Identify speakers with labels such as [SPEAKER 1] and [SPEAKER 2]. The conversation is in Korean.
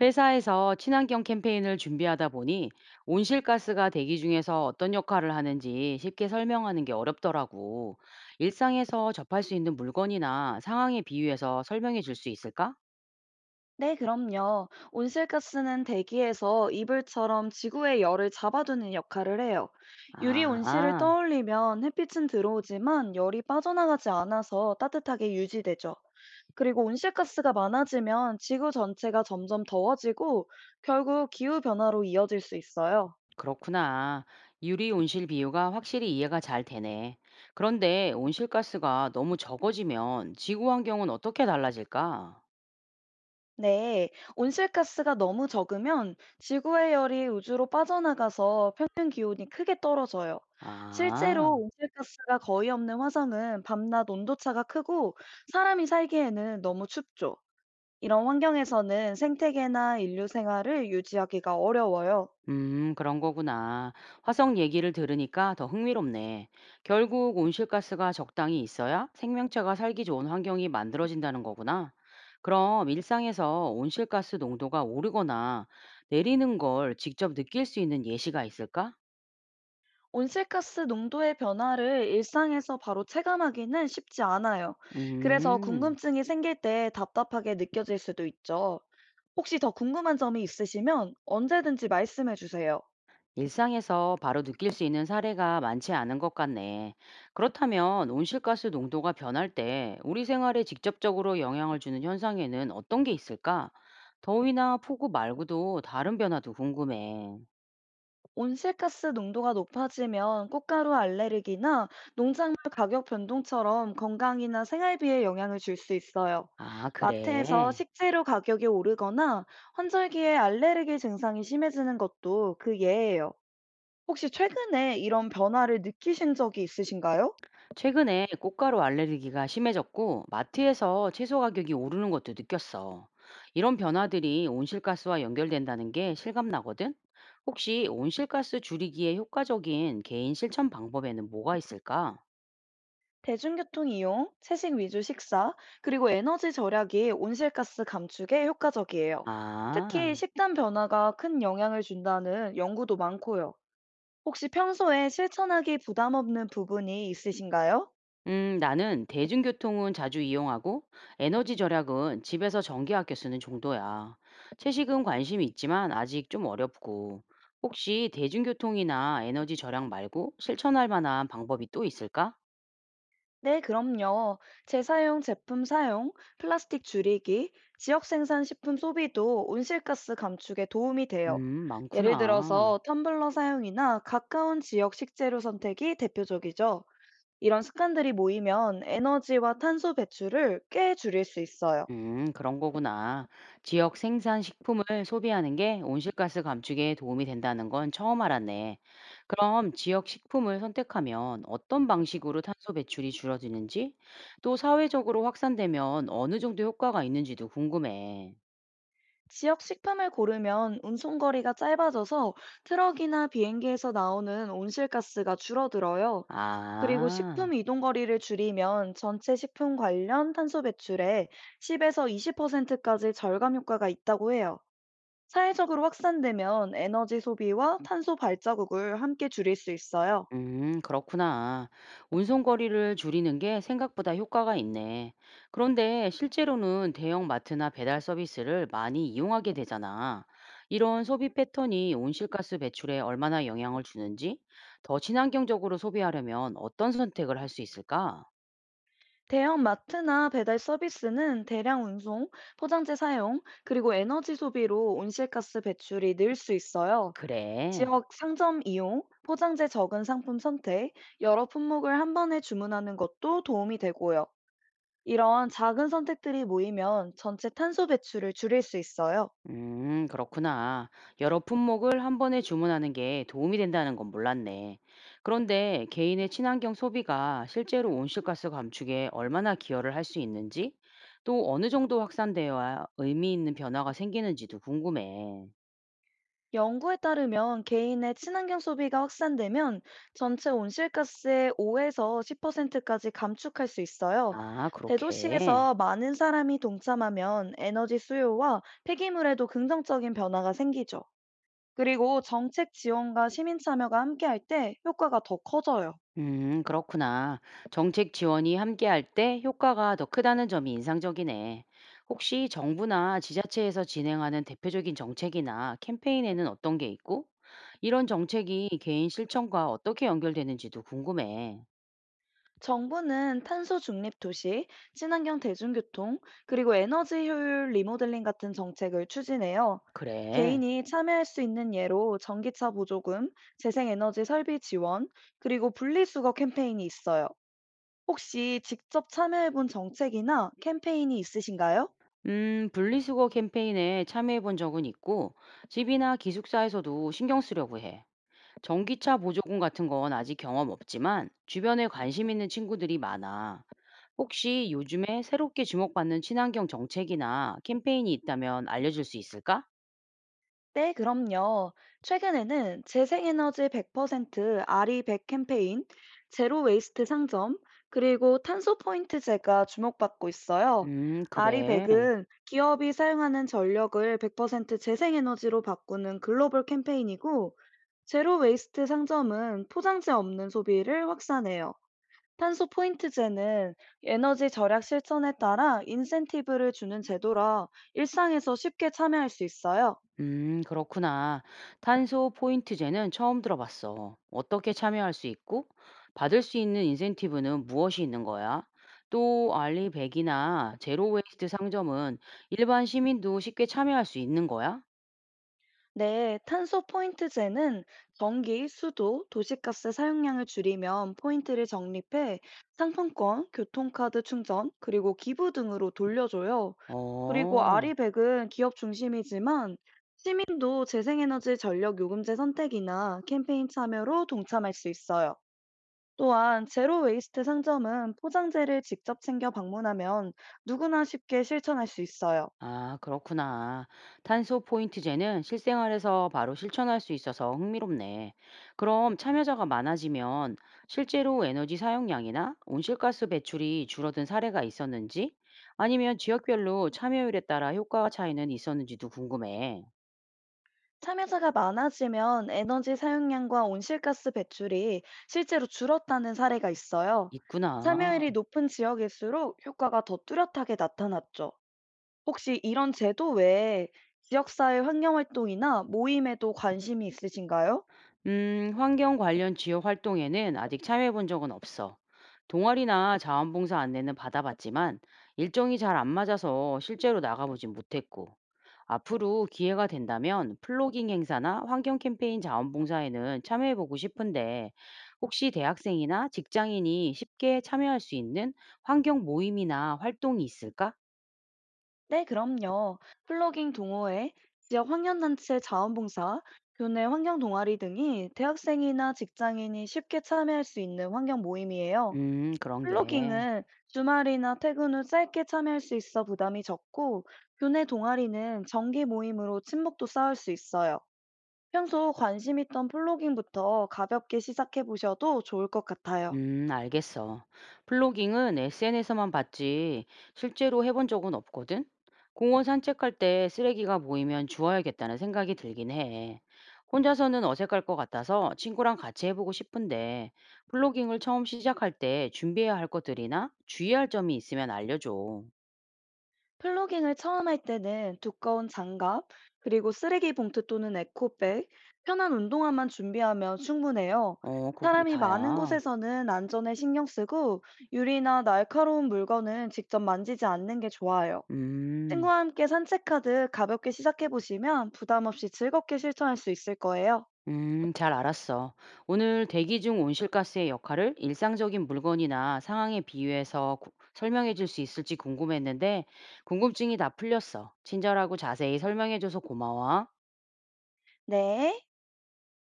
[SPEAKER 1] 회사에서 친환경 캠페인을 준비하다 보니 온실가스가 대기 중에서 어떤 역할을 하는지 쉽게 설명하는 게 어렵더라고. 일상에서 접할 수 있는 물건이나 상황에 비유해서 설명해 줄 수 있을까?
[SPEAKER 2] 네, 그럼요. 온실가스는 대기에서 이불처럼 지구의 열을 잡아두는 역할을 해요. 유리 온실을
[SPEAKER 1] 아,
[SPEAKER 2] 떠올리면 햇빛은 들어오지만 열이 빠져나가지 않아서 따뜻하게 유지되죠. 그리고 온실가스가 많아지면 지구 전체가 점점 더워지고 결국 기후 변화로 이어질 수 있어요.
[SPEAKER 1] 그렇구나. 유리 온실 비유가 확실히 이해가 잘 되네. 그런데 온실가스가 너무 적어지면 지구 환경은 어떻게 달라질까?
[SPEAKER 2] 네, 온실가스가 너무 적으면 지구의 열이 우주로 빠져나가서 평균 기온이 크게 떨어져요.
[SPEAKER 1] 아.
[SPEAKER 2] 실제로 온실가스가 거의 없는 화성은 밤낮 온도차가 크고 사람이 살기에는 너무 춥죠. 이런 환경에서는 생태계나 인류 생활을 유지하기가 어려워요.
[SPEAKER 1] 그런 거구나. 화성 얘기를 들으니까 더 흥미롭네. 결국 온실가스가 적당히 있어야 생명체가 살기 좋은 환경이 만들어진다는 거구나. 그럼 일상에서 온실가스 농도가 오르거나 내리는 걸 직접 느낄 수 있는 예시가 있을까?
[SPEAKER 2] 온실가스 농도의 변화를 일상에서 바로 체감하기는 쉽지 않아요. 그래서
[SPEAKER 1] 음.
[SPEAKER 2] 궁금증이 생길 때 답답하게 느껴질 수도 있죠. 혹시 더 궁금한 점이 있으시면 언제든지 말씀해 주세요.
[SPEAKER 1] 일상에서 바로 느낄 수 있는 사례가 많지 않은 것 같네. 그렇다면 온실가스 농도가 변할 때 우리 생활에 직접적으로 영향을 주는 현상에는 어떤 게 있을까? 더위나 폭우 말고도 다른 변화도 궁금해.
[SPEAKER 2] 온실가스 농도가 높아지면 꽃가루 알레르기나 농작물 가격 변동처럼 건강이나 생활비에 영향을 줄 수 있어요.
[SPEAKER 1] 아,
[SPEAKER 2] 마트에서
[SPEAKER 1] 그래.
[SPEAKER 2] 식재료 가격이 오르거나 환절기에 알레르기 증상이 심해지는 것도 그 예예요. 혹시 최근에 이런 변화를 느끼신 적이 있으신가요?
[SPEAKER 1] 최근에 꽃가루 알레르기가 심해졌고 마트에서 채소 가격이 오르는 것도 느꼈어. 이런 변화들이 온실가스와 연결된다는 게 실감나거든? 혹시 온실가스 줄이기에 효과적인 개인 실천 방법에는 뭐가 있을까?
[SPEAKER 2] 대중교통 이용, 채식 위주 식사, 그리고 에너지 절약이 온실가스 감축에 효과적이에요. 특히
[SPEAKER 1] 아.
[SPEAKER 2] 식단 변화가 큰 영향을 준다는 연구도 많고요. 혹시 평소에 실천하기 부담 없는 부분이 있으신가요?
[SPEAKER 1] 나는 대중교통은 자주 이용하고 에너지 절약은 집에서 전기 아껴 쓰는 정도야. 채식은 관심이 있지만 아직 좀 어렵고. 혹시 대중교통이나 에너지 절약 말고 실천할 만한 방법이 또 있을까?
[SPEAKER 2] 네, 그럼요. 재사용 제품 사용, 플라스틱 줄이기, 지역 생산 식품 소비도 온실가스 감축에 도움이 돼요. 예를
[SPEAKER 1] 많구나.
[SPEAKER 2] 들어서 텀블러 사용이나 가까운 지역 식재료 선택이 대표적이죠. 이런 습관들이 모이면 에너지와 탄소 배출을 꽤 줄일 수 있어요.
[SPEAKER 1] 그런 거구나. 지역 생산 식품을 소비하는 게 온실가스 감축에 도움이 된다는 건 처음 알았네. 그럼 지역 식품을 선택하면 어떤 방식으로 탄소 배출이 줄어드는지, 또 사회적으로 확산되면 어느 정도 효과가 있는지도 궁금해.
[SPEAKER 2] 지역 식품을 고르면 운송거리가 짧아져서 트럭이나 비행기에서 나오는 온실가스가 줄어들어요. 그리고
[SPEAKER 1] 아.
[SPEAKER 2] 식품 이동 거리를 줄이면 전체 식품 관련 탄소 배출에 10에서 20%까지 절감 효과가 있다고 해요. 사회적으로 확산되면 에너지 소비와 탄소 발자국을 함께 줄일 수 있어요.
[SPEAKER 1] 그렇구나. 운송 거리를 줄이는 게 생각보다 효과가 있네. 그런데 실제로는 대형 마트나 배달 서비스를 많이 이용하게 되잖아. 이런 소비 패턴이 온실가스 배출에 얼마나 영향을 주는지, 더 친환경적으로 소비하려면 어떤 선택을 할 수 있을까?
[SPEAKER 2] 대형 마트나 배달 서비스는 대량 운송, 포장재 사용, 그리고 에너지 소비로 온실가스 배출이 늘 수 있어요.
[SPEAKER 1] 그래.
[SPEAKER 2] 지역 상점 이용, 포장재 적은 상품 선택, 여러 품목을 한 번에 주문하는 것도 도움이 되고요. 이런 작은 선택들이 모이면 전체 탄소 배출을 줄일 수 있어요.
[SPEAKER 1] 그렇구나. 여러 품목을 한 번에 주문하는 게 도움이 된다는 건 몰랐네. 그런데 개인의 친환경 소비가 실제로 온실가스 감축에 얼마나 기여를 할 수 있는지, 또 어느 정도 확산되어야 의미 있는 변화가 생기는지도 궁금해.
[SPEAKER 2] 연구에 따르면 개인의 친환경 소비가 확산되면 전체 온실가스의 5에서 10%까지 감축할 수 있어요.
[SPEAKER 1] 아, 그렇게.
[SPEAKER 2] 대도시에서 많은 사람이 동참하면 에너지 수요와 폐기물에도 긍정적인 변화가 생기죠. 그리고 정책 지원과 시민 참여가 함께할 때 효과가 더 커져요.
[SPEAKER 1] 그렇구나. 정책 지원이 함께할 때 효과가 더 크다는 점이 인상적이네. 혹시 정부나 지자체에서 진행하는 대표적인 정책이나 캠페인에는 어떤 게 있고, 이런 정책이 개인 실천과 어떻게 연결되는지도 궁금해.
[SPEAKER 2] 정부는 탄소 중립 도시, 친환경 대중교통, 그리고 에너지 효율 리모델링 같은 정책을 추진해요.
[SPEAKER 1] 그래.
[SPEAKER 2] 개인이 참여할 수 있는 예로 전기차 보조금, 재생에너지 설비 지원, 그리고 분리수거 캠페인이 있어요. 혹시 직접 참여해본 정책이나 캠페인이 있으신가요?
[SPEAKER 1] 분리수거 캠페인에 참여해 본 적은 있고, 집이나 기숙사에서도 신경 쓰려고 해. 전기차 보조금 같은 건 아직 경험 없지만 주변에 관심 있는 친구들이 많아. 혹시 요즘에 새롭게 주목받는 친환경 정책이나 캠페인이 있다면 알려줄 수 있을까?
[SPEAKER 2] 네, 그럼요. 최근에는 재생에너지 100% RE100 캠페인, 제로 웨이스트 상점, 그리고 탄소 포인트제가 주목받고 있어요.
[SPEAKER 1] 그래.
[SPEAKER 2] RE100은 기업이 사용하는 전력을 100% 재생에너지로 바꾸는 글로벌 캠페인이고, 제로 웨이스트 상점은 포장재 없는 소비를 확산해요. 탄소 포인트제는 에너지 절약 실천에 따라 인센티브를 주는 제도라 일상에서 쉽게 참여할 수 있어요.
[SPEAKER 1] 그렇구나. 탄소 포인트제는 처음 들어봤어. 어떻게 참여할 수 있고, 받을 수 있는 인센티브는 무엇이 있는 거야? 또 알리백이나 제로웨이스트 상점은 일반 시민도 쉽게 참여할 수 있는 거야?
[SPEAKER 2] 네, 탄소 포인트제는 전기, 수도, 도시가스 사용량을 줄이면 포인트를 적립해 상품권, 교통카드 충전, 그리고 기부 등으로 돌려줘요. 그리고
[SPEAKER 1] 어.
[SPEAKER 2] 아리백은 기업 중심이지만 시민도 재생에너지 전력 요금제 선택이나 캠페인 참여로 동참할 수 있어요. 또한 제로 웨이스트 상점은 포장재를 직접 챙겨 방문하면 누구나 쉽게 실천할 수 있어요.
[SPEAKER 1] 아, 그렇구나. 탄소 포인트제는 실생활에서 바로 실천할 수 있어서 흥미롭네. 그럼 참여자가 많아지면 실제로 에너지 사용량이나 온실가스 배출이 줄어든 사례가 있었는지, 아니면 지역별로 참여율에 따라 효과 차이는 있었는지도 궁금해.
[SPEAKER 2] 참여자가 많아지면 에너지 사용량과 온실가스 배출이 실제로 줄었다는 사례가 있어요. 참여율이
[SPEAKER 1] 있구나.
[SPEAKER 2] 높은 지역일수록 효과가 더 뚜렷하게 나타났죠. 혹시 이런 제도 외에 지역사회 환경활동이나 모임에도 관심이 있으신가요?
[SPEAKER 1] 환경 관련 지역 활동에는 아직 참여해 본 적은 없어. 동아리나 자원봉사 안내는 받아봤지만 일정이 잘 안 맞아서 실제로 나가보진 못했고, 앞으로 기회가 된다면 플로깅 행사나 환경 캠페인 자원봉사에는 참여해 보고 싶은데, 혹시 대학생이나 직장인이 쉽게 참여할 수 있는 환경 모임이나 활동이 있을까?
[SPEAKER 2] 네, 그럼요. 플러깅 동호회, 지역 환경단체 자원봉사, 교내 환경동아리 등이 대학생이나 직장인이 쉽게 참여할 수 있는 환경 모임이에요.
[SPEAKER 1] 그런 게.
[SPEAKER 2] 플로깅은 주말이나 퇴근 후 짧게 참여할 수 있어 부담이 적고, 교내 동아리는 정기 모임으로 친목도 쌓을 수 있어요. 평소 관심 있던 플로깅부터 가볍게 시작해 보셔도 좋을 것 같아요.
[SPEAKER 1] 알겠어. 플로깅은 SNS만 봤지 실제로 해본 적은 없거든. 공원 산책할 때 쓰레기가 보이면 주워야겠다는 생각이 들긴 해. 혼자서는 어색할 것 같아서 친구랑 같이 해보고 싶은데 플로깅을 처음 시작할 때 준비해야 할 것들이나 주의할 점이 있으면 알려줘.
[SPEAKER 2] 플로깅을 처음 할 때는 두꺼운 장갑, 그리고 쓰레기 봉투 또는 에코백, 편한 운동화만 준비하면 충분해요.
[SPEAKER 1] 어, 그게
[SPEAKER 2] 사람이 많은
[SPEAKER 1] 다야.
[SPEAKER 2] 곳에서는 안전에 신경 쓰고, 유리나 날카로운 물건은 직접 만지지 않는 게 좋아요.
[SPEAKER 1] 음.
[SPEAKER 2] 친구와 함께 산책하듯 가볍게 시작해 보시면 부담 없이 즐겁게 실천할 수 있을 거예요.
[SPEAKER 1] 잘 알았어. 오늘 대기 중 온실가스의 역할을 일상적인 물건이나 상황에 비유해서 설명해 줄 수 있을지 궁금했는데, 궁금증이 다 풀렸어. 친절하고 자세히 설명해 줘서 고마워.
[SPEAKER 2] 네.